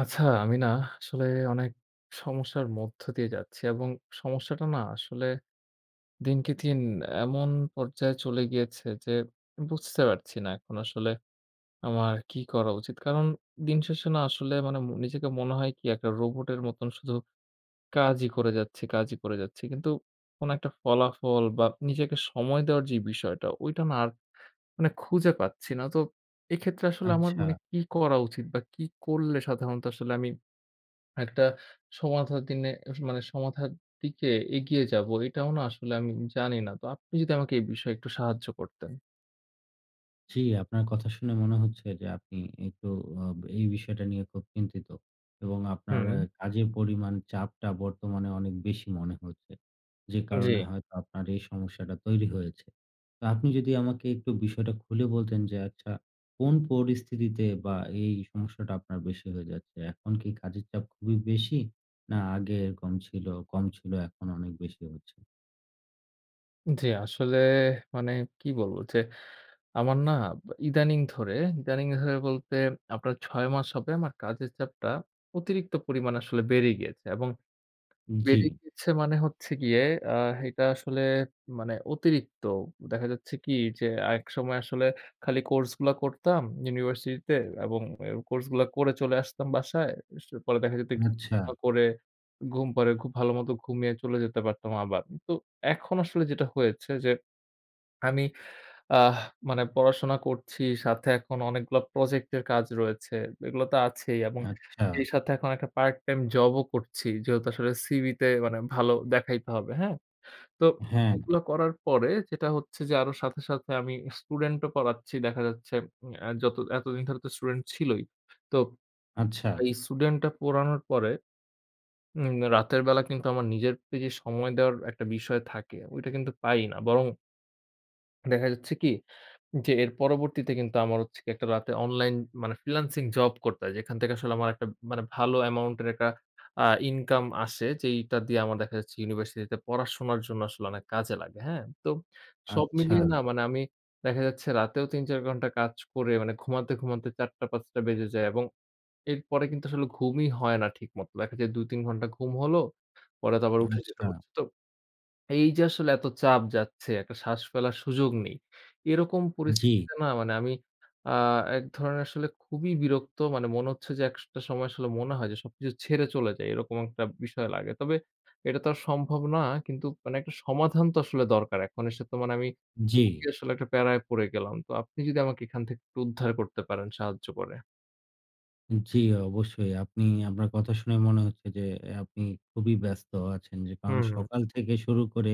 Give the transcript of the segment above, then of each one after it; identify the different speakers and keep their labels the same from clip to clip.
Speaker 1: আচ্ছা, আমি না আসলে অনেক সমস্যার মধ্য দিয়ে যাচ্ছি এবং সমস্যাটা না আসলে দিনকে দিন এমন পর্যায়ে চলে গিয়েছে যে বুঝতে পারছি না এখন আসলে আমার কি করা উচিত। কারণ দিন শেষে না আসলে মানে নিজেকে মনে হয় কি একটা রোবটের মতন শুধু কাজই করে যাচ্ছি, কাজই করে যাচ্ছি। কিন্তু কোনো একটা ফলাফল বা নিজেকে সময় দেওয়ার যে বিষয়টা ওইটা না আর মানে খুঁজে পাচ্ছি না। তো এক্ষেত্রে আসলে আমার
Speaker 2: আচ্ছা।
Speaker 1: মানে কি করা উচিত বা কি করলে সাধারণত আসলে আমি একটা সমাধার দিনে মানে সমাধার দিকে এগিয়ে যাব এটাও না আসলে আমি জানি না। তো আপনি যদি আমাকে এই বিষয়ে একটু সাহায্য করতেন।
Speaker 2: জি, আপনার কথা শুনে মনে হচ্ছে যে আপনি একটু আ এই বিষয়টা নিয়ে খুব চিন্তিত এবং আপনার
Speaker 1: হুম,
Speaker 2: কাজের পরিমাণ চাপটা বর্তমানে অনেক বেশি মনে হচ্ছে। যে
Speaker 1: জি।
Speaker 2: কারণে হয়তো আপনার এই সমস্যাটা তৈরি হয়েছে। তো আপনি যদি আমাকে একটু বিষয়টা খুলে বলতেন যে আচ্ছা কোন পরিস্থিতিতে বা এই সমস্যাটা আপনার বেশি হয়ে যাচ্ছে? এখন কি কাজের চাপ খুবই বেশি? না আগে এরকম ছিল, কম ছিল এখন অনেক বেশি হচ্ছে?
Speaker 1: জি, আসলে মানে কি বলব যে আমার না ইদানিং ধরে, ইদানিং ধরে বলতে আপনার ৬ মাস হবে আমার কাজের চাপটা অতিরিক্ত পরিমাণে আসলে বেড়ে গিয়েছে এবং
Speaker 2: জি,
Speaker 1: বেড়ে গিয়েছে মানে হচ্ছে গিয়ে আ এটা আসলে মানে অতিরিক্ত। দেখা যাচ্ছে কি যে একসময় আসলে খালি কোর্স গুলা করতাম ইউনিভার্সিটিতে এবং এ কোর্স গুলা করে চলে আসতাম বাসায়। পরে দেখা যেত একটু
Speaker 2: আচ্ছা,
Speaker 1: পড়াশোনা করে ঘুম পড়ে খুব ভালোমতো ঘুমিয়ে চলে যেতে পারতাম আবার। তো এখন আসলে যেটা হয়েছে যে আমি আহ মানে পড়াশোনা করছি, সাথে এখন অনেকগুলা প্রজেক্টের কাজ রয়েছে। এগুলো তো আছেই এবং
Speaker 2: আচ্ছা।
Speaker 1: সেই সাথে এখন একটা পার্ট টাইম জবও করছি। যেহেতু আসলে সিভিতে মানে ভালো দেখাইতে হবে, হ্যাঁ? তো
Speaker 2: হ্যাঁ,
Speaker 1: এগুলো করার পরে যেটা হচ্ছে যে আরো সাথে, সাথে আমি স্টুডেন্টও পড়াচ্ছি। দেখা যাচ্ছে উম আ যত এতদিন ধরে তো স্টুডেন্ট ছিলই। তো
Speaker 2: আচ্ছা।
Speaker 1: এই স্টুডেন্টটা পড়ানোর পরে রাতের বেলা কিন্তু আমার নিজের প্রতি সময় দেওয়ার একটা বিষয় থাকে। ওইটা কিন্তু পাই না। বরং দেখা যাচ্ছে কি জি, এর পরবর্তীতে কিন্তু আমার হচ্ছে গিয়ে একটা রাতে অনলাইন মানে ফ্রিল্যান্সিং জব করতে হয়। যেখান থেকে আসলে আমার একটা মানে ভালো অ্যামাউন্ট এর একটা ইনকাম আসে। যেইটা দিয়ে আমার দেখা যাচ্ছে ইউনিভার্সিটিতে পড়াশোনার জন্য আসলে অনেক কাজে লাগে। হ্যাঁ? তো সব
Speaker 2: আচ্ছা,
Speaker 1: মিলিয়ে না মানে আমি দেখা যাচ্ছে রাতেও ৩-৪ ঘন্টা কাজ করে মানে ঘুমাতে, ঘুমাতে ৪টা-৫টা বেজে যায় এবং এরপরে কিন্তু আসলে ঘুমই হয় না ঠিকমতো। দেখা যায় ২-৩ ঘন্টা ঘুম হলো, পরে তো আবার উঠে যেতে
Speaker 2: আচ্ছা।
Speaker 1: হচ্ছে। তো এই যে আসলে এত চাপ যাচ্ছে, একটা শ্বাস ফেলার সুযোগ নেই। এরকম
Speaker 2: জি,
Speaker 1: পরিস্থিতিতে না মানে আমি আ এক ধরনের আসলে খুবই বিরক্ত মানে মনে হচ্ছে যে একটা সময় আসলে মনে হয় যে সবকিছু ছেড়ে চলে যাই, এরকম একটা বিষয় লাগে। তবে এটা তো আর সম্ভব না। কিন্তু মানে একটা সমাধান তো আসলে দরকার। এখন এসে তো মানে আমি
Speaker 2: জি,
Speaker 1: খুবই আসলে একটা প্যারায় পড়ে গেলাম। তো আপনি যদি আমাকে এখান থেকে একটু উদ্ধার করতে পারেন সাহায্য করে।
Speaker 2: জি, অবশ্যই। আপনি আপনার কথা শুনে মনে হচ্ছে যে আপনি খুবই ব্যস্ত আছেন। যে কারণ
Speaker 1: হুম, হুম।
Speaker 2: সকাল থেকে শুরু করে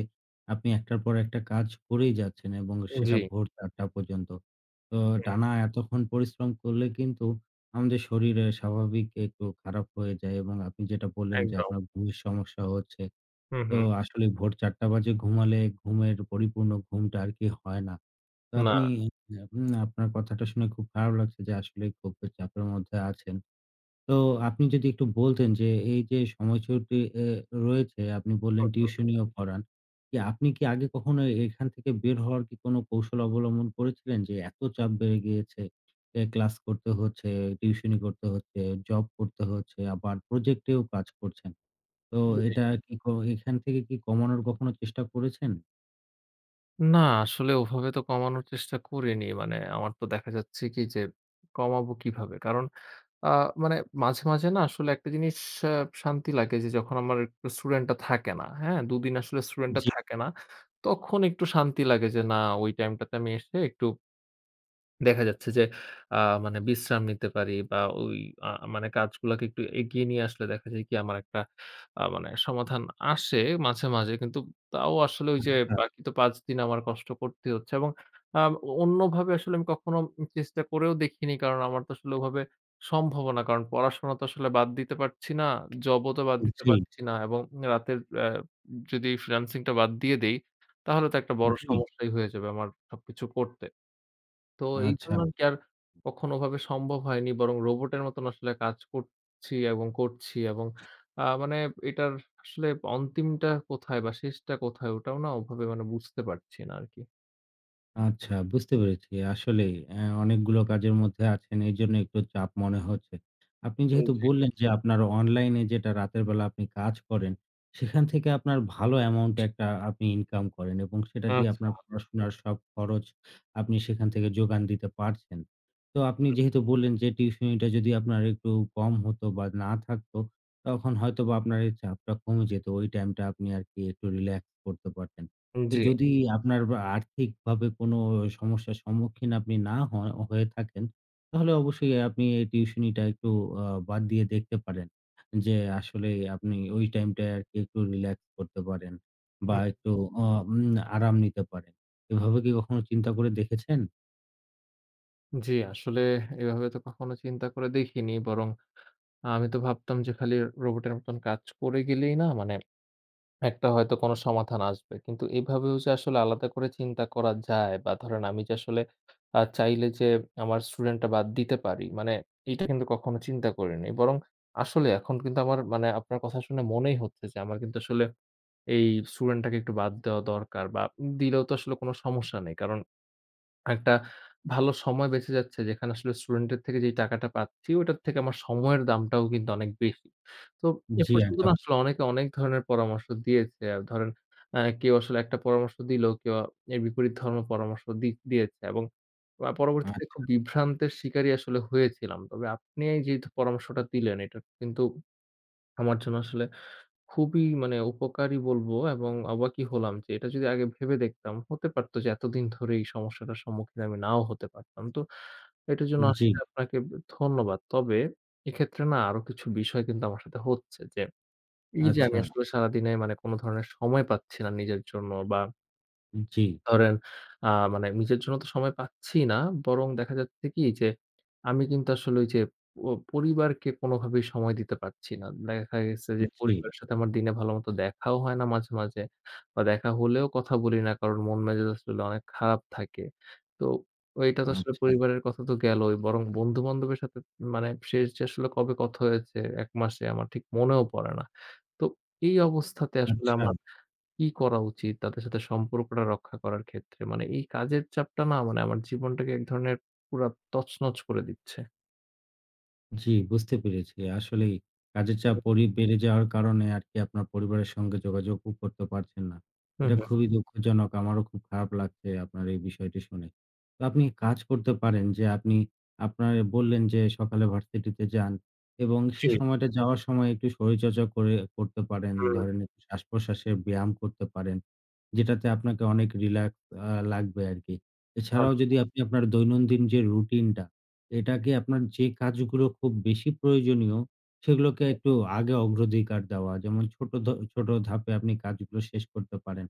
Speaker 2: আপনি একটার পর একটা কাজ করেই যাচ্ছেন এবং
Speaker 1: জি,
Speaker 2: সেটা ভোর ৪ঃ০০ পর্যন্ত। তো
Speaker 1: হুম,
Speaker 2: টানা এতক্ষণ পরিশ্রম করলে কিন্তু আমাদের শরীরে স্বাভাবিক একটু খারাপ হয়ে যায় এবং আপনি যেটা বললেন যে
Speaker 1: একদম।
Speaker 2: আপনার ঘুমের সমস্যা হচ্ছে।
Speaker 1: হুম,
Speaker 2: তো
Speaker 1: হুম।
Speaker 2: আসলে ভোর ৪ঃ০০ বাজে ঘুমালে ঘুমের পরিপূর্ণ ঘুমটা আর কি হয় না। তো
Speaker 1: না।
Speaker 2: আপনি আপনার কথাটা শুনে খুব খারাপ লাগছে যে আসলে খুব চাপের মধ্যে আছেন। তো আপনি যদি একটু বলতেন যে এই যে সময়সূচি এ রয়েছে আপনি বললেন
Speaker 1: হুম, হুম।
Speaker 2: টিউশনিও পড়ান। আপনি কি আগে কখনো এখান থেকে বের হওয়ার কি কোনো কৌশল অবলম্বন করেছিলেন যে এত চাপ বেড়ে গিয়েছে, ক্লাস করতে হচ্ছে, টিউশনি করতে হচ্ছে, জব করতে হচ্ছে, আবার প্রজেক্টেও কাজ করছেন। তো
Speaker 1: জি।
Speaker 2: এটা কি ক এখান থেকে কি কমানোর কখনো চেষ্টা করেছেন?
Speaker 1: না, আসলে ওভাবে তো কমানোর চেষ্টা করিনি। মানে আমার তো দেখা যাচ্ছে কি যে কমাবো কিভাবে? কারণ আ মানে মাঝে, মাঝে না আসলে একটা জিনিস আ শান্তি লাগে যে যখন আমার স্টুডেন্টটা থাকে না, হ্যাঁ? ২ দিন আসলে হুম। স্টুডেন্টটা
Speaker 2: জি।
Speaker 1: থাকে না। তখন একটু শান্তি লাগে যে না ওই টাইমটাতে আমি এসে একটু দেখা যাচ্ছে যে আ মানে বিশ্রাম নিতে পারি বা ওই আ মানে কাজগুলাকে একটু এগিয়ে নিয়ে আসলে দেখা যায় কি আমার একটা মানে সমাধান আসে মাঝে, মাঝে। কিন্তু তাও আসলে ওই যে হুম।
Speaker 2: আচ্ছা,
Speaker 1: বাকি তো ৫ দিন আমার কষ্ট করতে হচ্ছে এবং আ অন্যভাবে আসলে আমি কখনো চেষ্টা করেও দেখিনি। কারণ আমার তো আসলে ওভাবে সম্ভবও না। কারণ পড়াশোনা তো আসলে বাদ দিতে পারছি না, জবও তো বাদ দিতে
Speaker 2: জি,
Speaker 1: পারছি না এবং রাতের যদি ফ্রিল্যান্সিং টা বাদ দিয়ে দেই, তাহলে তো একটা বড়
Speaker 2: জি,
Speaker 1: সমস্যাই হয়ে যাবে আমার সবকিছু করতে। তো
Speaker 2: আচ্ছা।
Speaker 1: এইজন্য আরকি আর কি আর কখনো ওভাবে সম্ভব হয়নি। বরং রোবটের মতন আসলে কাজ করছি এবং করছি এবং মানে এটার আসলে অন্তিমটা কোথায় বা শেষটা কোথায় ওটাও না ওভাবে মানে বুঝতে পারছি না আরকি।
Speaker 2: আচ্ছা, বুঝতে পেরেছি। আসলেই অনেকগুলো কাজের মধ্যে আছেন, এইজন্য একটু চাপ মনে হচ্ছে। আপনি
Speaker 1: উম
Speaker 2: যেহেতু
Speaker 1: জি,
Speaker 2: বললেন যে, আপনার অনলাইনে যেটা রাতের বেলা আপনি কাজ করেন, সেখান থেকে আপনার ভালো অ্যামাউন্ট একটা আপনি ইনকাম করেন এবং সেটা দিয়ে
Speaker 1: আচ্ছা।
Speaker 2: আপনার পড়াশোনার সব খরচ আপনি সেখান থেকে যোগান দিতে পারছেন। তো আপনি যেহেতু বললেন যে, টিউশনিটা যদি আপনার একটু কম হতো বা না থাকতো, তখন হয়তোবা আপনার এই চাপটা কমে যেত। ওই টাইমটা আপনি আরকি একটু রিল্যাক্স করতে পারতেন।
Speaker 1: হুম,
Speaker 2: তো
Speaker 1: জি।
Speaker 2: যদি আপনার বা আর্থিকভাবে কোনো সমস্যার সম্মুখীন আপনি না হয় হয়ে থাকেন, তাহলে অবশ্যই আপনি এই টিউশনিটা একটু বাদ দিয়ে দেখতে পারেন। যে আসলে আপনি ওই টাইমটায় আরকি একটু রিল্যাক্স করতে পারেন বা
Speaker 1: হুম,
Speaker 2: একটু অ উম আরাম নিতে পারেন। এভাবে কি কখনো চিন্তা করে দেখেছেন?
Speaker 1: জি, আসলে এভাবে তো কখনো চিন্তা করে দেখিনি। বরং আমি তো ভাবতাম যে খালি রোবটের মতন কাজ করে গেলেই না মানে একটা হয়তো কোনো সমাধান আসবে। কিন্তু এভাবেও যে আসলে আলাদা করে চিন্তা করা যায় বা ধরেন আমি যে আসলে চাইলে যে আমার স্টুডেন্টটা বাদ দিতে পারি। মানে এইটা কিন্তু কখনো চিন্তা করিনি। বরং আসলে এখন কিন্তু আমার মানে আপনার কথা শুনে মনেই হচ্ছে যে আমার কিন্তু আসলে এই স্টুডেন্টটাকে একটু বাদ দেওয়া দরকার বা দিলেও তো আসলে কোনো সমস্যা নেই। কারণ একটা ভালো সময় বেঁচে যাচ্ছে যেখানে আসলে স্টুডেন্টের থেকে যেই টাকাটা পাচ্ছি, ওটার থেকে আমার সময়ের দামটাও কিন্তু অনেক বেশি। তো এ
Speaker 2: জি,
Speaker 1: পর্যন্ত না
Speaker 2: একদম।
Speaker 1: আসলে অনেকে অনেক ধরনের পরামর্শ দিয়েছে। ধরেন কেউ আসলে একটা পরামর্শ দিল, কেউ এর বিপরীত ধর্ম পরামর্শ দিয়েছে এবং পরবর্তীতে
Speaker 2: আচ্ছা,
Speaker 1: খুব বিভ্রান্তের শিকারই আসলে হয়েছিলাম। তবে আপনি এই যে পরামর্শটা দিলেন, এটা কিন্তু আমার জন্য আসলে খুবই মানে উপকারী বলবো এবং অবাকই হলাম যে এটা যদি আগে ভেবে দেখতাম, হতে পারতো যে এতদিন ধরে এই সমস্যাটার সম্মুখীন আমি নাও হতে পারতাম। তো এটার জন্য হুম।
Speaker 2: জি,
Speaker 1: আসলে আপনাকে ধন্যবাদ। তবে এক্ষেত্রে না আরো কিছু বিষয় কিন্তু আমার সাথে হচ্ছে যে, এই যে হুম। আমি
Speaker 2: আচ্ছা,
Speaker 1: আসলে সারাদিনে মানে কোন ধরনের সময় পাচ্ছি না নিজের জন্য বা
Speaker 2: জি,
Speaker 1: ধরেন মানে নিজের জন্য তো সময় পাচ্ছি না। বরং দেখা যাচ্ছে কি যে, আমি কিন্তু আসলে ওই যে প পরিবারকে কোনোভাবেই সময় দিতে পারছি না। দেখা গেছে যে
Speaker 2: জি,
Speaker 1: পরিবারের সাথে আমার দিনে ভালোমতো দেখাও হয় না মাঝে, মাঝে বা দেখা হলেও কথা বলি না। কারণ মন মেজাজ আসলে অনেক খারাপ থাকে। তো এটা তো আসলে
Speaker 2: আচ্ছা,
Speaker 1: পরিবারের কথা তো গেলই। বরং বন্ধু-বান্ধবের সাথে মানে শেষ যে আসলে কবে কথা হয়েছে ১ মাসে আমার ঠিক মনেও পড়ে না। তো এই অবস্থাতে আসলে
Speaker 2: আচ্ছা।
Speaker 1: আমার কি করা উচিত তাদের সাথে সম্পর্কটা রক্ষা করার ক্ষেত্রে? মানে এই কাজের চাপটা না মানে আমার জীবনটাকে এক ধরনের পুরা তছনছ করে দিচ্ছে।
Speaker 2: জি, বুঝতে পেরেছি। আসলেই কাজের চাপ
Speaker 1: হুম,
Speaker 2: বেড়ে যাওয়ার কারণে আরকি আপনার পরিবারের সঙ্গে যোগাযোগও করতে পারছেন না।
Speaker 1: হুম,
Speaker 2: এটা
Speaker 1: হুম।
Speaker 2: খুবই দুঃখজনক। আমারও খুব খারাপ লাগছে আপনার এই বিষয়টি শুনে। তো আপনি কাজ করতে পারেন যে আপনি আপনার বললেন যে সকালে ভার্সিটিতে যান এবং সে
Speaker 1: জি,
Speaker 2: সময়টা যাওয়ার সময় একটু শরীরচর্চা করে করতে পারেন।
Speaker 1: হুম,
Speaker 2: ধরেন একটু শ্বাস-প্রশ্বাসের ব্যায়াম করতে পারেন। যেটাতে আপনাকে অনেক রিল্যাক্স লাগবে আরকি। এছাড়াও
Speaker 1: আচ্ছা,
Speaker 2: যদি আপনি আপনার দৈনন্দিন যে রুটিনটা, এটাকে আপনার যে কাজগুলো খুব বেশি প্রয়োজনীয়, সেগুলোকে একটু আগে অগ্রাধিকার দেওয়া। যেমন ছোট ছোট ধাপে আপনি কাজগুলো শেষ করতে পারেন।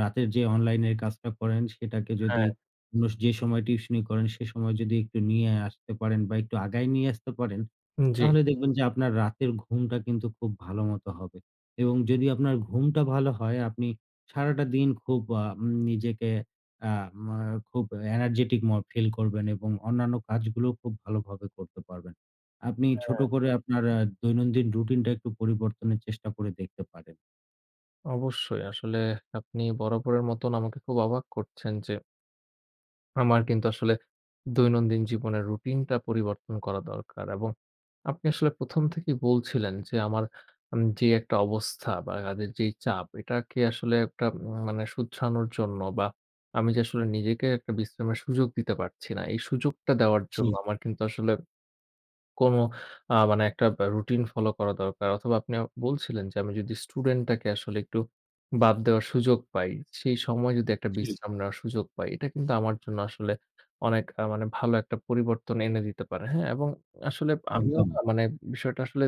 Speaker 2: রাতের যে অনলাইনের কাজটা করেন সেটাকে যদি
Speaker 1: হ্যাঁ।
Speaker 2: অন্য যে সময় টিউশনি করেন সে সময় যদি একটু নিয়ে আসতে পারেন বা একটু আগায় নিয়ে আসতে পারেন,
Speaker 1: জি।
Speaker 2: তাহলে দেখবেন যে আপনার রাতের ঘুমটা কিন্তু খুব ভালো মতো হবে। এবং যদি আপনার ঘুমটা ভালো হয় আপনি সারাটা দিন খুব আ উম নিজেকে আ মা খুব এনার্জেটিক ফিল করবেন এবং অন্যান্য কাজগুলো খুব ভালোভাবে করতে পারবেন। আপনি ছোট
Speaker 1: হ্যাঁ।
Speaker 2: করে আপনার দৈনন্দিন রুটিনটা একটু পরিবর্তনের চেষ্টা করে দেখতে পারেন।
Speaker 1: অবশ্যই আসলে আপনি বরাবরের মতন আমাকে খুব অবাক করছেন যে আমার কিন্তু আসলে দৈনন্দিন জীবনের রুটিনটা পরিবর্তন করা দরকার এবং আপনি আসলে ১ম থেকেই বলছিলেন যে, আমার যে একটা অবস্থা বা কাজের যেই চাপ, এটাকে আসলে একটা মানে শুধরানোর জন্য বা আমি যে আসলে নিজেকে একটা বিশ্রামের সুযোগ দিতে পারছি না, এই সুযোগটা দেওয়ার
Speaker 2: জি,
Speaker 1: জন্য আমার কিন্তু আসলে কোনো মানে একটা বা রুটিন ফলো করা দরকার। অথবা আপনি বলছিলেন যে আমি যদি স্টুডেন্টটাকে আসলে একটু বাদ দেওয়ার সুযোগ পাই, সেই সময় যদি একটা
Speaker 2: জি।
Speaker 1: বিশ্রাম নেওয়ার সুযোগ পাই, এটা কিন্তু আমার জন্য আসলে অনেক মানে ভালো একটা পরিবর্তন এনে দিতে পারে। হ্যাঁ? এবং আসলে আমিও
Speaker 2: একদম।
Speaker 1: না মানে বিষয়টা আসলে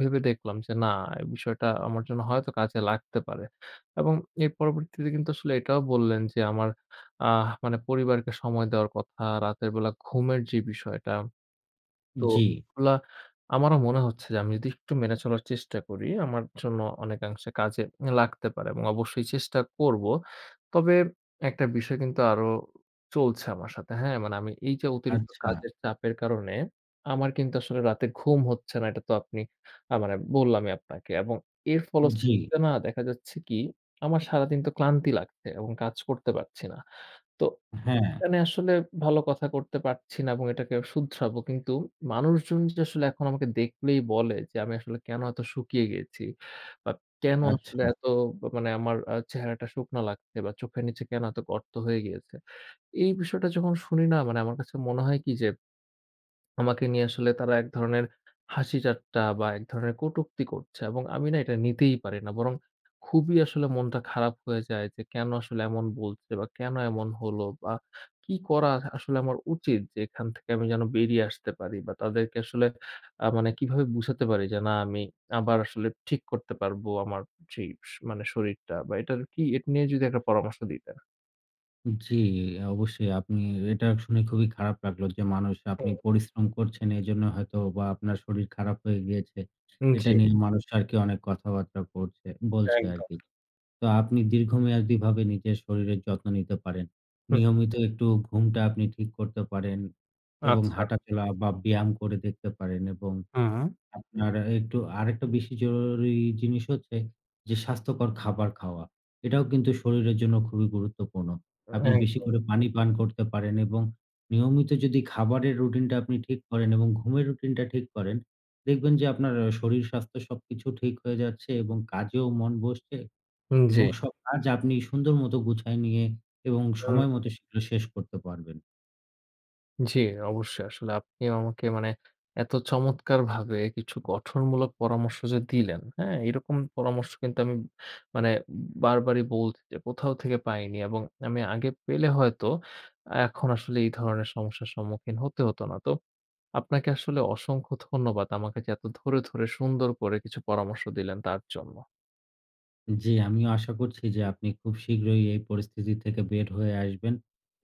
Speaker 1: ভেবে দেখলাম যে না, এই বিষয়টা আমার জন্য হয়তো কাজে লাগতে পারে। এবং এর পরবর্তীতে কিন্তু আসলে এটাও বললেন যে আমার মানে পরিবারকে সময় দেওয়ার কথা, রাতের বেলা ঘুমের যে বিষয়টা তো
Speaker 2: জি।
Speaker 1: এগুলা আমারও মনে হচ্ছে যে আমি যদি একটু মেনে চলার চেষ্টা করি, আমার জন্য অনেকাংশে কাজে লাগতে পারে এবং অবশ্যই চেষ্টা করব। তবে একটা বিষয় কিন্তু আরো চলছে আমার সাথে, হ্যাঁ? মানে আমি এই যে অতিরিক্ত
Speaker 2: আচ্ছা,
Speaker 1: কাজের চাপের কারণে আমার কিন্তু আসলে রাতে ঘুম হচ্ছে না। এটা তো আপনি মানে বললামই আপনাকে এবং এর
Speaker 2: জি,
Speaker 1: ফলশ্রুতিতে না দেখা যাচ্ছে কি আমার সারাদিন তো ক্লান্তি লাগছে এবং কাজ করতে পারছি না। তো
Speaker 2: হ্যাঁ,
Speaker 1: এখানে আসলে ভালো কথা করতে পারছি না এবং এটাকে শুধরাবো। কিন্তু মানুষজন যে আসলে এখন আমাকে দেখলেই বলে যে আমি আসলে কেন এত শুকিয়ে গেছি বা কেন হুম।
Speaker 2: আচ্ছা,
Speaker 1: আসলে এত মানে আমার চেহারাটা শুকনা লাগছে বা চোখের নিচে কেন এত গর্ত হয়ে গিয়েছে। এই বিষয়টা যখন শুনি না মানে আমার কাছে মনে হয় কি যে আমাকে নিয়ে আসলে তারা এক ধরনের হাসি-ঠাট্টা বা এক ধরনের কটূক্তি করছে এবং আমি না এটা নিতেই পারি না। বরং খুবই আসলে মনটা খারাপ হয়ে যায় যে কেন আসলে এমন বলছে বা কেন এমন হলো বা কি করা আসলে আমার উচিত যে এখান থেকে আমি যেন বেরিয়ে আসতে পারি বা তাদেরকে আসলে মানে কিভাবে বুঝাতে পারি যে না আমি আবার আসলে ঠিক করতে পারবো আমার যেই মানে শরীরটা বা এটার কি এটা নিয়ে যদি একটা পরামর্শ দিতেন।
Speaker 2: জি, অবশ্যই আপনি এটা শুনে খুবই খারাপ লাগলো যে মানুষ আপনি
Speaker 1: হুম,
Speaker 2: পরিশ্রম করছেন এজন্য হয়তো বা আপনার শরীর খারাপ হয়ে গিয়েছে।
Speaker 1: উম
Speaker 2: এটা
Speaker 1: জি।
Speaker 2: নিয়ে মানুষ আরকি অনেক কথাবার্তা করছে বলছে
Speaker 1: একদম।
Speaker 2: আরকি। তো আপনি দীর্ঘমেয়াদীভাবে নিজের শরীরের যত্ন নিতে পারেন।
Speaker 1: হুম।
Speaker 2: নিয়মিত একটু ঘুমটা আপনি ঠিক করতে পারেন এবং
Speaker 1: আচ্ছা।
Speaker 2: হাঁটাচলা বা ব্যায়াম করে দেখতে পারেন এবং
Speaker 1: হুম।
Speaker 2: আপনার একটু আরেকটা বেশি জরুরি জিনিস হচ্ছে যে স্বাস্থ্যকর খাবার খাওয়া। এটাও কিন্তু শরীরের জন্য খুবই গুরুত্বপূর্ণ। আপনি বেশি
Speaker 1: একদম।
Speaker 2: করে পানি পান করতে পারেন এবং নিয়মিত যদি খাবারের রুটিনটা আপনি ঠিক করেন এবং ঘুমের রুটিনটা ঠিক করেন, দেখবেন যে আপনার শরীর স্বাস্থ্য সবকিছু ঠিক হয়ে যাচ্ছে এবং কাজেও মন বসছে
Speaker 1: জি।
Speaker 2: এবং সব কাজ আপনি সুন্দর মতো গুছায় নিয়ে এবং সময় মতো সেগুলো শেষ করতে পারবেন।
Speaker 1: জি, অবশ্যই। আসলে আপনিও আমাকে মানে এত চমৎকারভাবে কিছু গঠনমূলক পরামর্শ যে দিলেন, হ্যাঁ? এরকম পরামর্শ কিন্তু আমি মানে বারবারই বলছি যে কোথাও থেকে পাইনি এবং আমি আগে পেলে হয়তো এখন আসলে এই ধরনের সমস্যার সম্মুখীন হতে হতো না। তো আপনাকে আসলে অসংখ্য ধন্যবাদ আমাকে যে এত ধরে, ধরে সুন্দর করে কিছু পরামর্শ দিলেন তার জন্য।
Speaker 2: জি, আমিও আশা করছি যে আপনি খুব শীঘ্রই এই পরিস্থিতি থেকে বের হয়ে আসবেন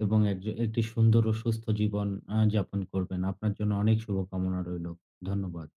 Speaker 2: এবং একটি সুন্দর ও সুস্থ জীবন যাপন করবেন। আপনার জন্য অনেক শুভকামনা রইলো। ধন্যবাদ।